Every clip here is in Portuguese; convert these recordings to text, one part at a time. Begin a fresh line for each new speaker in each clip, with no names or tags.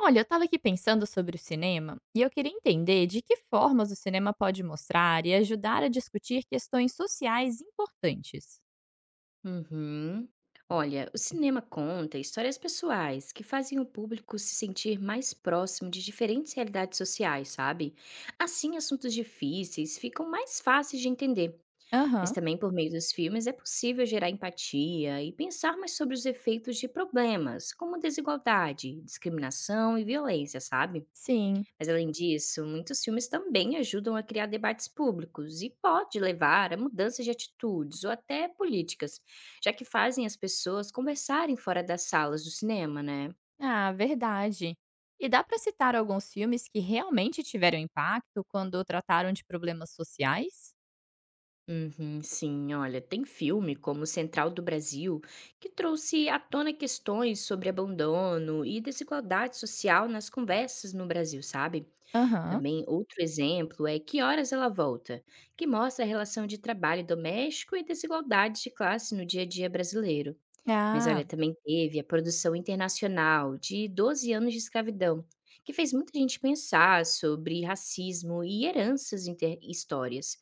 Olha, eu estava aqui pensando sobre o cinema e eu queria entender de que formas o cinema pode mostrar e ajudar a discutir questões sociais importantes.
Uhum. Olha, o cinema conta histórias pessoais que fazem o público se sentir mais próximo de diferentes realidades sociais, sabe? Assim, assuntos difíceis ficam mais fáceis de entender, mas
Aham,
também por meio dos filmes é possível gerar empatia e pensar mais sobre os efeitos de problemas, como desigualdade, discriminação e violência, sabe?
sim.
Mas além disso, muitos filmes também ajudam a criar debates públicos e pode levar a mudanças de atitudes ou até políticas, já que fazem as pessoas conversarem fora das salas do cinema, né?
Ah, verdade. E dá para citar alguns filmes que realmente tiveram impacto quando trataram de problemas sociais?
Uhum, sim, olha, tem filme como Central do Brasil que trouxe à tona questões sobre abandono e desigualdade social nas conversas no Brasil, sabe?
Aham.
Também outro exemplo é Que Horas Ela Volta, que mostra a relação de trabalho doméstico e desigualdades de classe no dia a dia brasileiro. Mas olha,
Ah,
também teve a produção internacional de Doze Anos de Escravidão, que fez muita gente pensar sobre racismo e heranças histórias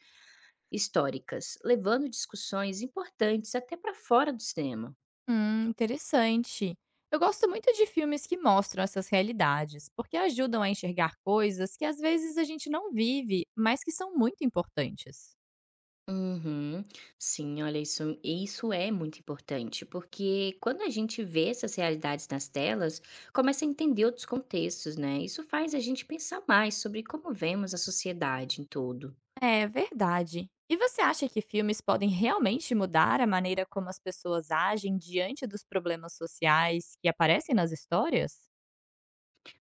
históricas, levando discussões importantes até para fora do cinema.
interessante. Eu gosto muito de filmes que mostram essas realidades, porque ajudam a enxergar coisas que às vezes a gente não vive, mas que são muito importantes.
Uhum. Sim, olha, isso é muito importante, porque quando a gente vê essas realidades nas telas, começa a entender outros contextos, né? Isso faz a gente pensar mais sobre como vemos a sociedade em todo.
É verdade. E você acha que filmes podem realmente mudar a maneira como as pessoas agem diante dos problemas sociais que aparecem nas histórias?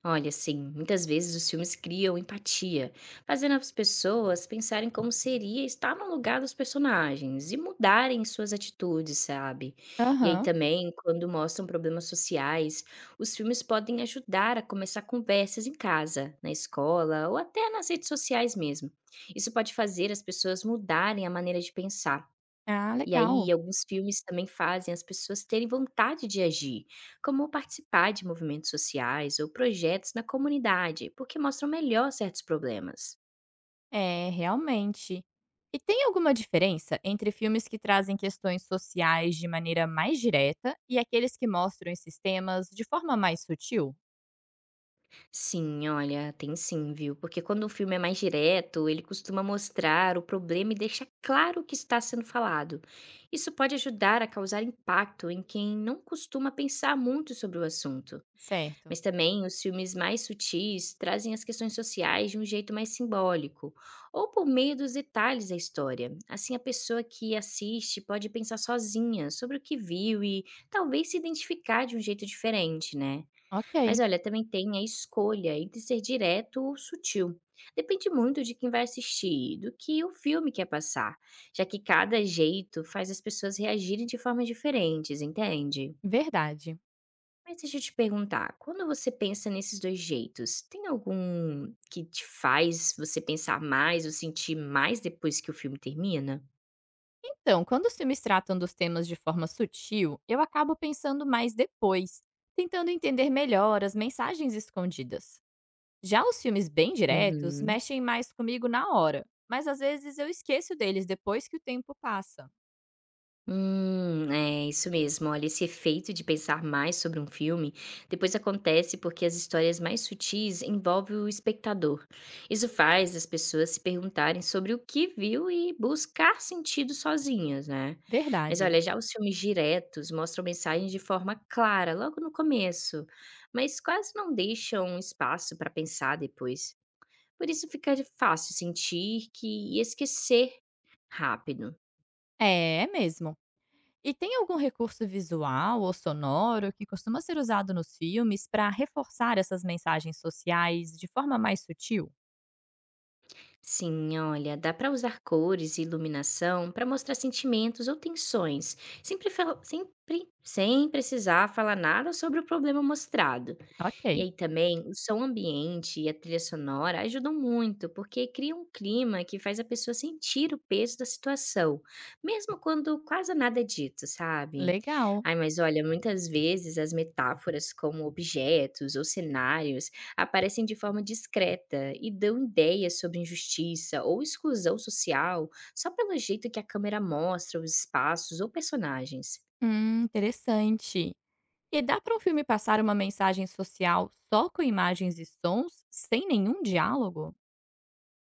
Olha, sim, muitas vezes os filmes criam empatia, fazendo as pessoas pensarem como seria estar no lugar dos personagens e mudarem suas atitudes, sabe? E aí
Aham.
também, quando mostram problemas sociais, os filmes podem ajudar a começar conversas em casa, na escola ou até nas redes sociais mesmo. Isso pode fazer as pessoas mudarem a maneira de pensar.
Ah,
E aí
legal.
alguns filmes também fazem as pessoas terem vontade de agir, como participar de movimentos sociais ou projetos na comunidade, porque mostram melhor certos problemas.
É, realmente. E tem alguma diferença entre filmes que trazem questões sociais de maneira mais direta e aqueles que mostram esses temas de forma mais sutil?
Sim, olha, tem sim, viu? Porque quando um filme é mais direto, ele costuma mostrar o problema e deixar claro o que está sendo falado. Isso pode ajudar a causar impacto em quem não costuma pensar muito sobre o assunto.
Certo.
Mas também os filmes mais sutis trazem as questões sociais de um jeito mais simbólico, ou por meio dos detalhes da história. Assim, a pessoa que assiste pode pensar sozinha sobre o que viu e talvez se identificar de um jeito diferente, né? Mas
Ok.
olha, também tem a escolha entre ser direto ou sutil. Depende muito de quem vai assistir, do que o filme quer passar, já que cada jeito faz as pessoas reagirem de formas diferentes, entende?
Verdade.
Mas deixa eu te perguntar, quando você pensa nesses 2 jeitos, tem algum que te faz você pensar mais ou sentir mais depois que o filme termina?
Então, quando os filmes tratam dos temas de forma sutil, eu acabo pensando mais depois, tentando entender melhor as mensagens escondidas. Já os filmes bem diretos
Uhum.
mexem mais comigo na hora, mas às vezes eu esqueço deles depois que o tempo passa.
É isso mesmo. Olha, esse efeito de pensar mais sobre um filme depois acontece porque as histórias mais sutis envolvem o espectador. Isso faz as pessoas se perguntarem sobre o que viu e buscar sentido sozinhas, né? Mas
Verdade.
olha, já os filmes diretos mostram mensagens de forma clara logo no começo, mas quase não deixam espaço para pensar depois. Por isso fica fácil sentir que e esquecer rápido.
É, é mesmo. E tem algum recurso visual ou sonoro que costuma ser usado nos filmes para reforçar essas mensagens sociais de forma mais sutil?
Sim, olha, dá para usar cores e iluminação para mostrar sentimentos ou tensões, sempre, sempre sem precisar falar nada sobre o problema mostrado. E
Ok,
aí também o som ambiente e a trilha sonora ajudam muito, porque cria um clima que faz a pessoa sentir o peso da situação, mesmo quando quase nada é dito, sabe?
legal.
Ai, mas olha, muitas vezes as metáforas como objetos ou cenários aparecem de forma discreta e dão ideias sobre injustiça ou exclusão social só pelo jeito que a câmera mostra os espaços ou personagens.
Interessante. E dá para um filme passar uma mensagem social só com imagens e sons, sem nenhum diálogo?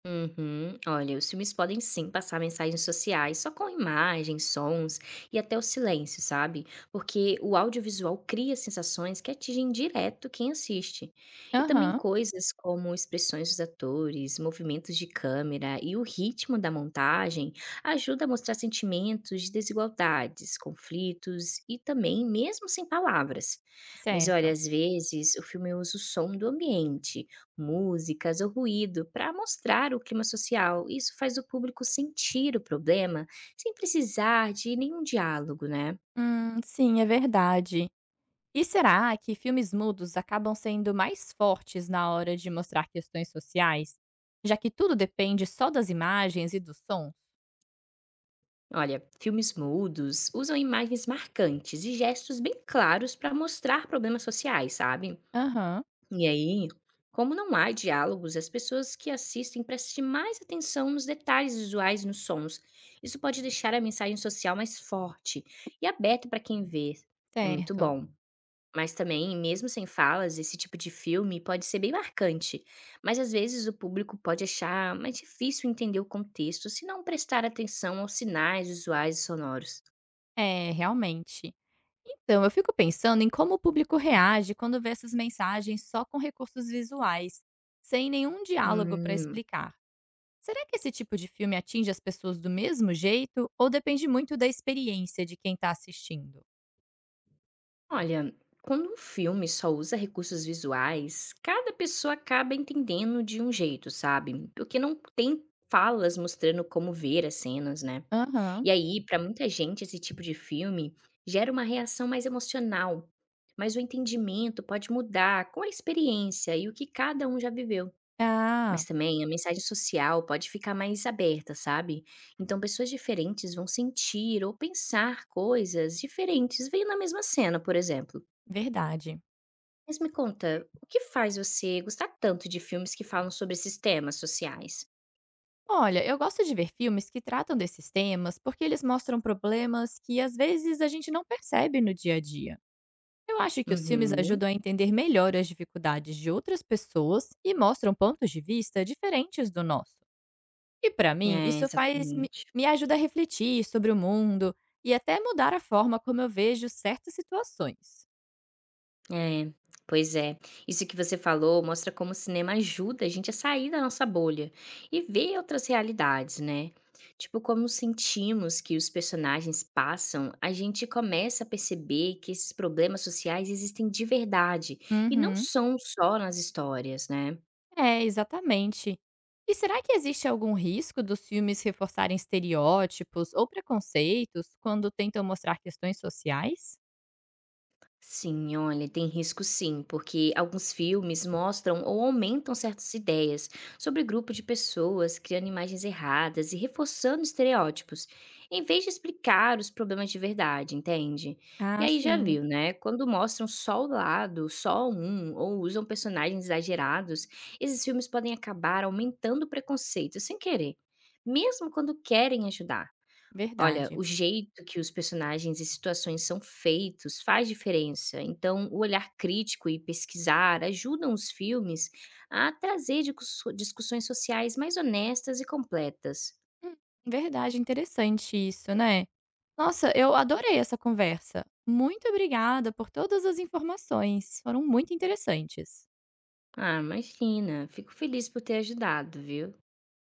Uhum. Olha, os filmes podem sim passar mensagens sociais, só com imagens, sons e até o silêncio, sabe? Porque o audiovisual cria sensações que atingem direto quem assiste. E também
Aham,
coisas como expressões dos atores, movimentos de câmera e o ritmo da montagem ajuda a mostrar sentimentos de desigualdades, conflitos e também mesmo sem palavras. Mas olha,
certo.
às vezes o filme usa o som do ambiente músicas ou ruído para mostrar o clima social. Isso faz o público sentir o problema sem precisar de nenhum diálogo, né?
Sim, é verdade. E será que filmes mudos acabam sendo mais fortes na hora de mostrar questões sociais, já que tudo depende só das imagens e dos sons?
Olha, filmes mudos usam imagens marcantes e gestos bem claros para mostrar problemas sociais, sabe?
Aham,
E aí, como não há diálogos, as pessoas que assistem prestem mais atenção nos detalhes visuais e nos sons. Isso pode deixar a mensagem social mais forte e aberta para quem vê. É muito
certo.
bom. Mas também, mesmo sem falas, esse tipo de filme pode ser bem marcante, mas às vezes o público pode achar mais difícil entender o contexto se não prestar atenção aos sinais visuais e sonoros.
É, realmente. Então, eu fico pensando em como o público reage quando vê essas mensagens só com recursos visuais, sem nenhum diálogo para
Hum,
explicar. Será que esse tipo de filme atinge as pessoas do mesmo jeito ou depende muito da experiência de quem está assistindo?
olha, quando um filme só usa recursos visuais, cada pessoa acaba entendendo de um jeito, sabe? Porque não tem falas mostrando como ver as cenas, né?
Aham.
E aí, para muita gente, esse tipo de filme gera uma reação mais emocional, mas o entendimento pode mudar com a experiência e o que cada um já viveu. Mas
Ah,
também a mensagem social pode ficar mais aberta, sabe? Então, pessoas diferentes vão sentir ou pensar coisas diferentes vendo a mesma cena, por exemplo.
verdade.
Mas me conta, o que faz você gostar tanto de filmes que falam sobre esses temas sociais?
Olha, eu gosto de ver filmes que tratam desses temas porque eles mostram problemas que às vezes a gente não percebe no dia a dia. Eu acho que os filmes
Uhum,
ajudam a entender melhor as dificuldades de outras pessoas e mostram pontos de vista diferentes do nosso. E para mim,
é,
isso faz me
exatamente.
me ajuda a refletir sobre o mundo e até mudar a forma como eu vejo certas situações.
É, pois é. Isso que você falou mostra como o cinema ajuda a gente a sair da nossa bolha e ver outras realidades, né? Tipo, como sentimos que os personagens passam, a gente começa a perceber que esses problemas sociais existem de verdade e não
Uhum.
são só nas histórias, né?
É, exatamente. E será que existe algum risco dos filmes reforçarem estereótipos ou preconceitos quando tentam mostrar questões sociais?
Sim, olha, tem risco sim, porque alguns filmes mostram ou aumentam certas ideias sobre grupo de pessoas, criando imagens erradas e reforçando estereótipos, em vez de explicar os problemas de verdade, entende? E
Ah,
aí já
sim,
viu, né? Quando mostram só o lado, só um, ou usam personagens exagerados, esses filmes podem acabar aumentando o preconceito sem querer, mesmo quando querem ajudar. Olha,
verdade.
o jeito que os personagens e situações são feitos faz diferença. Então, o olhar crítico e pesquisar ajudam os filmes a trazer discussões sociais mais honestas e completas.
Hum, verdade, interessante isso, né? Nossa, eu adorei essa conversa. Muito obrigada por todas as informações, foram muito interessantes.
Ah, imagina. Fico feliz por ter ajudado, viu?